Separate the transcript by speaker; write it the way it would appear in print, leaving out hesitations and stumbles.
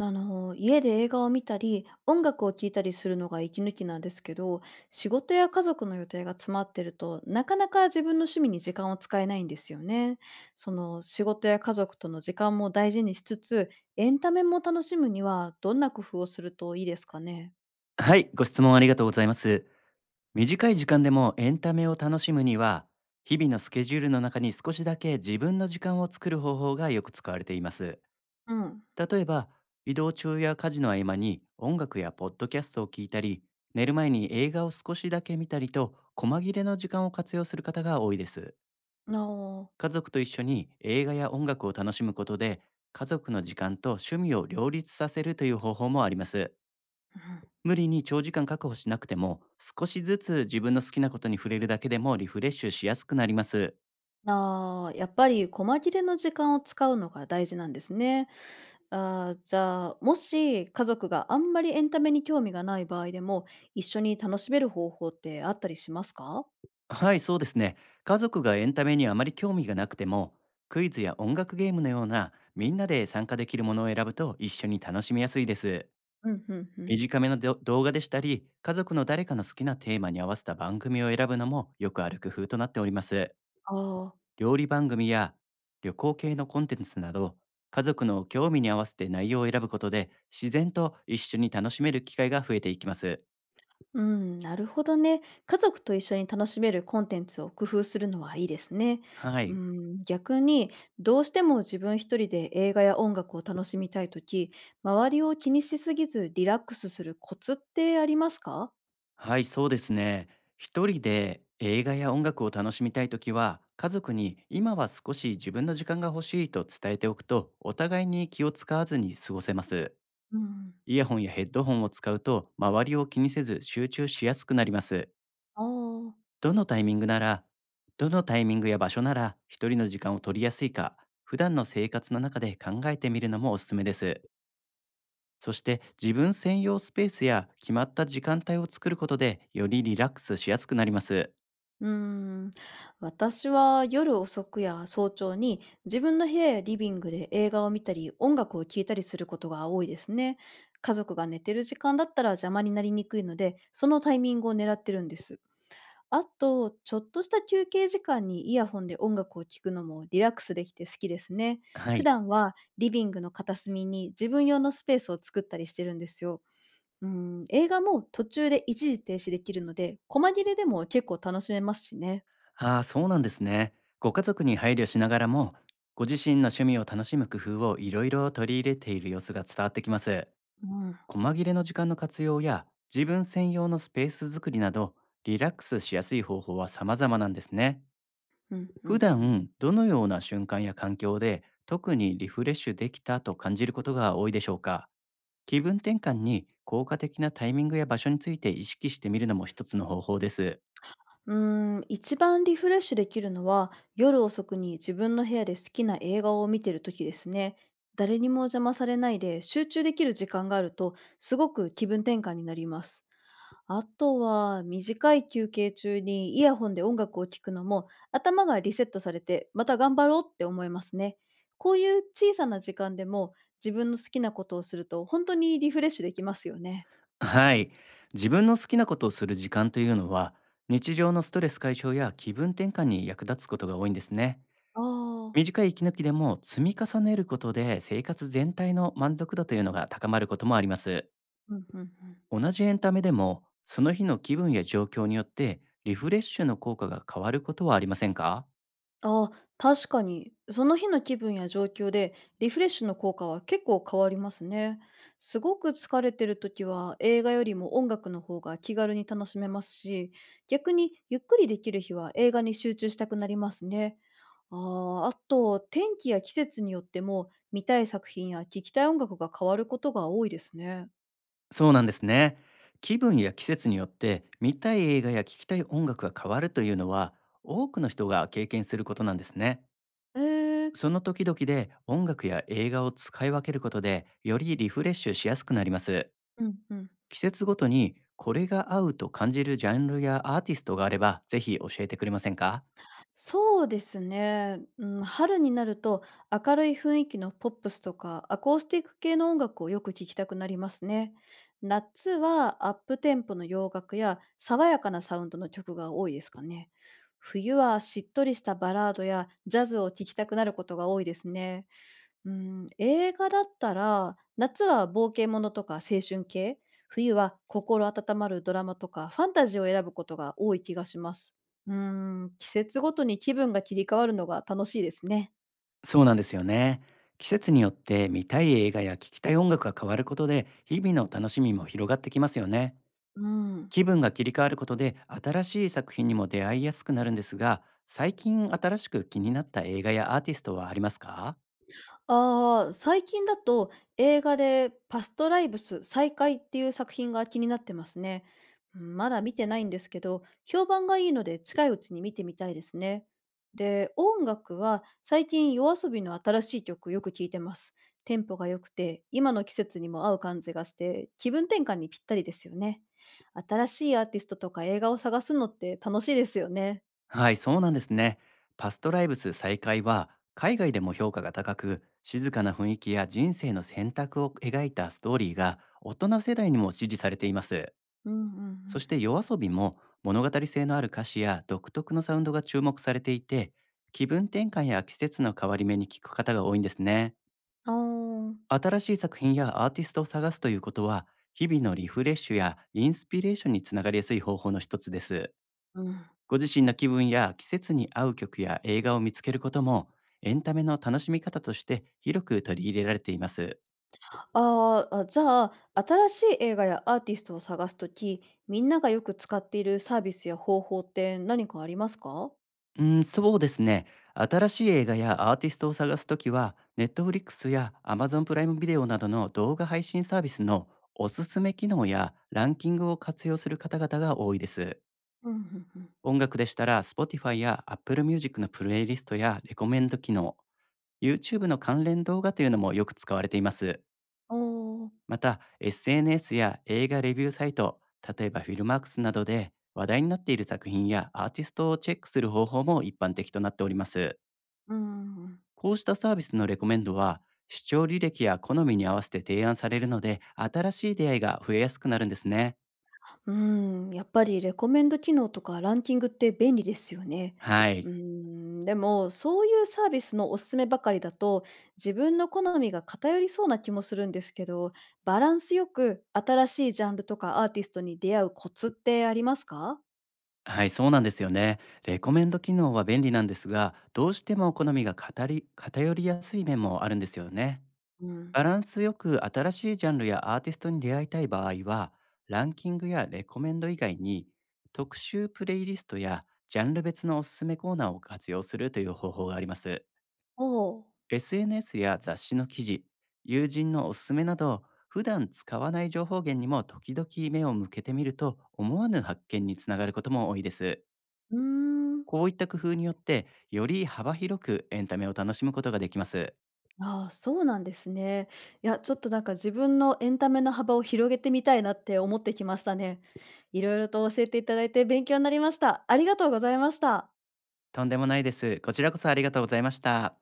Speaker 1: 家で映画を見たり、音楽を聴いたりするのが息抜きなんですけど、仕事や家族の予定が詰まってると、なかなか自分の趣味に時間を使えないんですよね。その仕事や家族との時間も大事にしつつ、エンタメも楽しむにはどんな工夫をするといいですかね。
Speaker 2: はい、ご質問ありがとうございます。短い時間でもエンタメを楽しむには、日々のスケジュールの中に少しだけ自分の時間を作る方法がよく使われています。
Speaker 1: うん。
Speaker 2: 例えば、移動中や家事の合間に音楽やポッドキャストを聞いたり、寝る前に映画を少しだけ見たりと、細切れの時間を活用する方が多いです。
Speaker 1: ああ。
Speaker 2: 家族と一緒に映画や音楽を楽しむことで、家族の時間と趣味を両立させるという方法もあります。
Speaker 1: うん。
Speaker 2: 無理に長時間確保しなくても、少しずつ自分の好きなことに触れるだけでもリフレッシュしやすくなります。
Speaker 1: ああ、やっぱり細切れの時間を使うのが大事なんですね。ああ、じゃあ、もし家族があんまりエンタメに興味がない場合でも、一緒に楽しめる方法ってあったりしますか？
Speaker 2: はい、そうですね。家族がエンタメにあまり興味がなくても、クイズや音楽ゲームのようなみんなで参加できるものを選ぶと一緒に楽しみやすいです。
Speaker 1: うんうんうん。
Speaker 2: 短めのど動画でしたり、家族の誰かの好きなテーマに合わせた番組を選ぶのもよくある工夫となっております。
Speaker 1: ああ、
Speaker 2: 料理番組や旅行系のコンテンツなど、家族の興味に合わせて内容を選ぶことで、自然と一緒に楽しめる機会が増えていきます。
Speaker 1: うん、なるほどね。家族と一緒に楽しめるコンテンツを工夫するのはいいですね。
Speaker 2: は
Speaker 1: う
Speaker 2: い。
Speaker 1: ん、逆にどうしても自分一人で映画や音楽を楽しみたいとき、周りを気にしすぎずリラックスするコツってありますか？
Speaker 2: はい、そうですね。一人で映画や音楽を楽しみたいときは、家族に今は少し自分の時間が欲しいと伝えておくと、お互いに気を使わずに過ごせます。
Speaker 1: うん。
Speaker 2: イヤホンやヘッドホンを使うと、周りを気にせず集中しやすくなります。
Speaker 1: ああ。
Speaker 2: どのタイミングならどのタイミングや場所なら一人の時間を取りやすいか、普段の生活の中で考えてみるのもおすすめです。そして、自分専用スペースや決まった時間帯を作ることで、よりリラックスしやすくなります。
Speaker 1: うーん、私は夜遅くや早朝に自分の部屋やリビングで映画を見たり音楽を聴いたりすることが多いですね。家族が寝てる時間だったら邪魔になりにくいので、そのタイミングを狙ってるんです。あと、ちょっとした休憩時間にイヤホンで音楽を聴くのもリラックスできて好きですね。
Speaker 2: は
Speaker 1: 普
Speaker 2: い。
Speaker 1: 段はリビングの片隅に自分用のスペースを作ったりしてるんですよ。うん、映画も途中で一時停止できるので、細切れでも結構楽しめますしね。
Speaker 2: ああ、そうなんですね。ご家族に配慮しながらも、ご自身の趣味を楽しむ工夫をいろいろ取り入れている様子が伝わってきます。
Speaker 1: うん、
Speaker 2: 細切れの時間の活用や自分専用のスペース作りなど、リラックスしやすい方法は様々なんですね。
Speaker 1: うん、うん、う
Speaker 2: 普
Speaker 1: ん。
Speaker 2: 段どのような瞬間や環境で特にリフレッシュできたと感じることが多いでしょうか？気分転換に効果的なタイミングや場所について意識してみるのも一つの方法です。
Speaker 1: うーん、一番リフレッシュできるのは、夜遅くに自分の部屋で好きな映画を見てる時ですね。誰にも邪魔されないで集中できる時間があると、すごく気分転換になります。あとは、短い休憩中にイヤホンで音楽を聴くのも、頭がリセットされて、また頑張ろうって思いますね。こういう小さな時間でも、自分の好きなことをすると、本当にリフレッシュできますよね。
Speaker 2: はい。自分の好きなことをする時間というのは、日常のストレス解消や気分転換に役立つことが多いんですね。
Speaker 1: ああ、
Speaker 2: 短い息抜きでも積み重ねることで、生活全体の満足度というのが高まることもあります。
Speaker 1: うん、うん、うん。
Speaker 2: 同じエンタメでも、その日の気分や状況によってリフレッシュの効果が変わることはありませんか？
Speaker 1: ああ、確かに、その日の気分や状況でリフレッシュの効果は結構変わりますね。すごく疲れてる時は映画よりも音楽の方が気軽に楽しめますし、逆にゆっくりできる日は映画に集中したくなりますね。ああ、あと、天気や季節によっても見たい作品や聴きたい音楽が変わることが多いですね。
Speaker 2: そうなんですね。気分や季節によって見たい映画や聞きたい音楽が変わるというのは、多くの人が経験することなんですね。
Speaker 1: えー、
Speaker 2: その時々で音楽や映画を使い分けることで、よりリフレッシュしやすくなります。
Speaker 1: うんうん。
Speaker 2: 季節ごとにこれが合うと感じるジャンルやアーティストがあれば、ぜひ教えてくれませんか？
Speaker 1: そうですね。うん、春になると明るい雰囲気のポップスとかアコースティック系の音楽をよく聴きたくなりますね。夏はアップテンポの洋楽や爽やかなサウンドの曲が多いですかね。冬はしっとりしたバラードやジャズを聴きたくなることが多いですね。うん、映画だったら、夏は冒険ものとか青春系、冬は心温まるドラマとかファンタジーを選ぶことが多い気がします。うん、季節ごとに気分が切り替わるのが楽しいですね。
Speaker 2: そうなんですよね。季節によって見たい映画や聴きたい音楽が変わることで、日々の楽しみも広がってきますよね。
Speaker 1: うん。
Speaker 2: 気分が切り替わることで新しい作品にも出会いやすくなるんですが、最近新しく気になった映画やアーティストはありますか？
Speaker 1: ああ、最近だと映画でパストライブス再会っていう作品が気になってますね。うん、まだ見てないんですけど、評判がいいので近いうちに見てみたいですね。で、音楽は最近夜遊びの新しい曲よく聴いてます。テンポが良くて、今の季節にも合う感じがして、気分転換にぴったりですよね。新しいアーティストとか映画を探すのって楽しいですよね。
Speaker 2: はい、そうなんですね。パストライブス再開は海外でも評価が高く、静かな雰囲気や人生の選択を描いたストーリーが大人世代にも支持されています。
Speaker 1: うんうんう
Speaker 2: そ
Speaker 1: ん。
Speaker 2: して夜遊びも、物語性のある歌詞や独特のサウンドが注目されていて、気分転換や季節の変わり目に聞く方が多いんですね。
Speaker 1: ああ。
Speaker 2: 新しい作品やアーティストを探すということは、日々のリフレッシュやインスピレーションにつながりやすい方法の一つです。
Speaker 1: うん。
Speaker 2: ご自身の気分や季節に合う曲や映画を見つけることも、エンタメの楽しみ方として広く取り入れられています。
Speaker 1: ああ、あ、じゃあ、新しい映画やアーティストを探すとき、みんながよく使っているサービスや方法って何かありますか？
Speaker 2: うん、そうですね。新しい映画やアーティストを探すときは、Netflix や Amazon プライムビデオなどの動画配信サービスのおすすめ機能やランキングを活用する方々が多いです。
Speaker 1: うんうんうん。
Speaker 2: 音楽でしたら、 Spotify や Apple Music のプレイリストやレコメンド機能、YouTube の関連動画というのもよく使われています。
Speaker 1: おあ、
Speaker 2: また、SNS や映画レビューサイト、例えばフィルマークスなどで話題になっている作品やアーティストをチェックする方法も一般的となっております。
Speaker 1: うん。
Speaker 2: こうしたサービスのレコメンドは、視聴履歴や好みに合わせて提案されるので、新しい出会いが増えやすくなるんですね。
Speaker 1: うん、うん、やっぱりレコメンド機能とかランキングって便利ですよね。
Speaker 2: は
Speaker 1: う
Speaker 2: い。
Speaker 1: ん、でも、そういうサービスのおすすめばかりだと、自分の好みが偏りそうな気もするんですけど、バランスよく新しいジャンルとかアーティストに出会うコツってありますか？
Speaker 2: はい、そうなんですよね。レコメンド機能は便利なんですが、どうしても好みが偏りやすい面もあるんですよね。
Speaker 1: うん。
Speaker 2: バランスよく新しいジャンルやアーティストに出会いたい場合は、ランキングやレコメンド以外に、特集プレイリストやジャンル別のおすすめコーナーを活用するという方法があります。
Speaker 1: おう。
Speaker 2: SNS や雑誌の記事、友人のおすすめなど、普段使わない情報源にも時々目を向けてみると、思わぬ発見につながることも多いです。
Speaker 1: うーん。
Speaker 2: こういった工夫によって、より幅広くエンタメを楽しむことができます。
Speaker 1: ああ、そうなんですね。いや、ちょっとなんか自分のエンタメの幅を広げてみたいなって思ってきましたね。いろいろと教えていただいて勉強になりました。ありがとうございました。
Speaker 2: とんでもないです。こちらこそありがとうございました。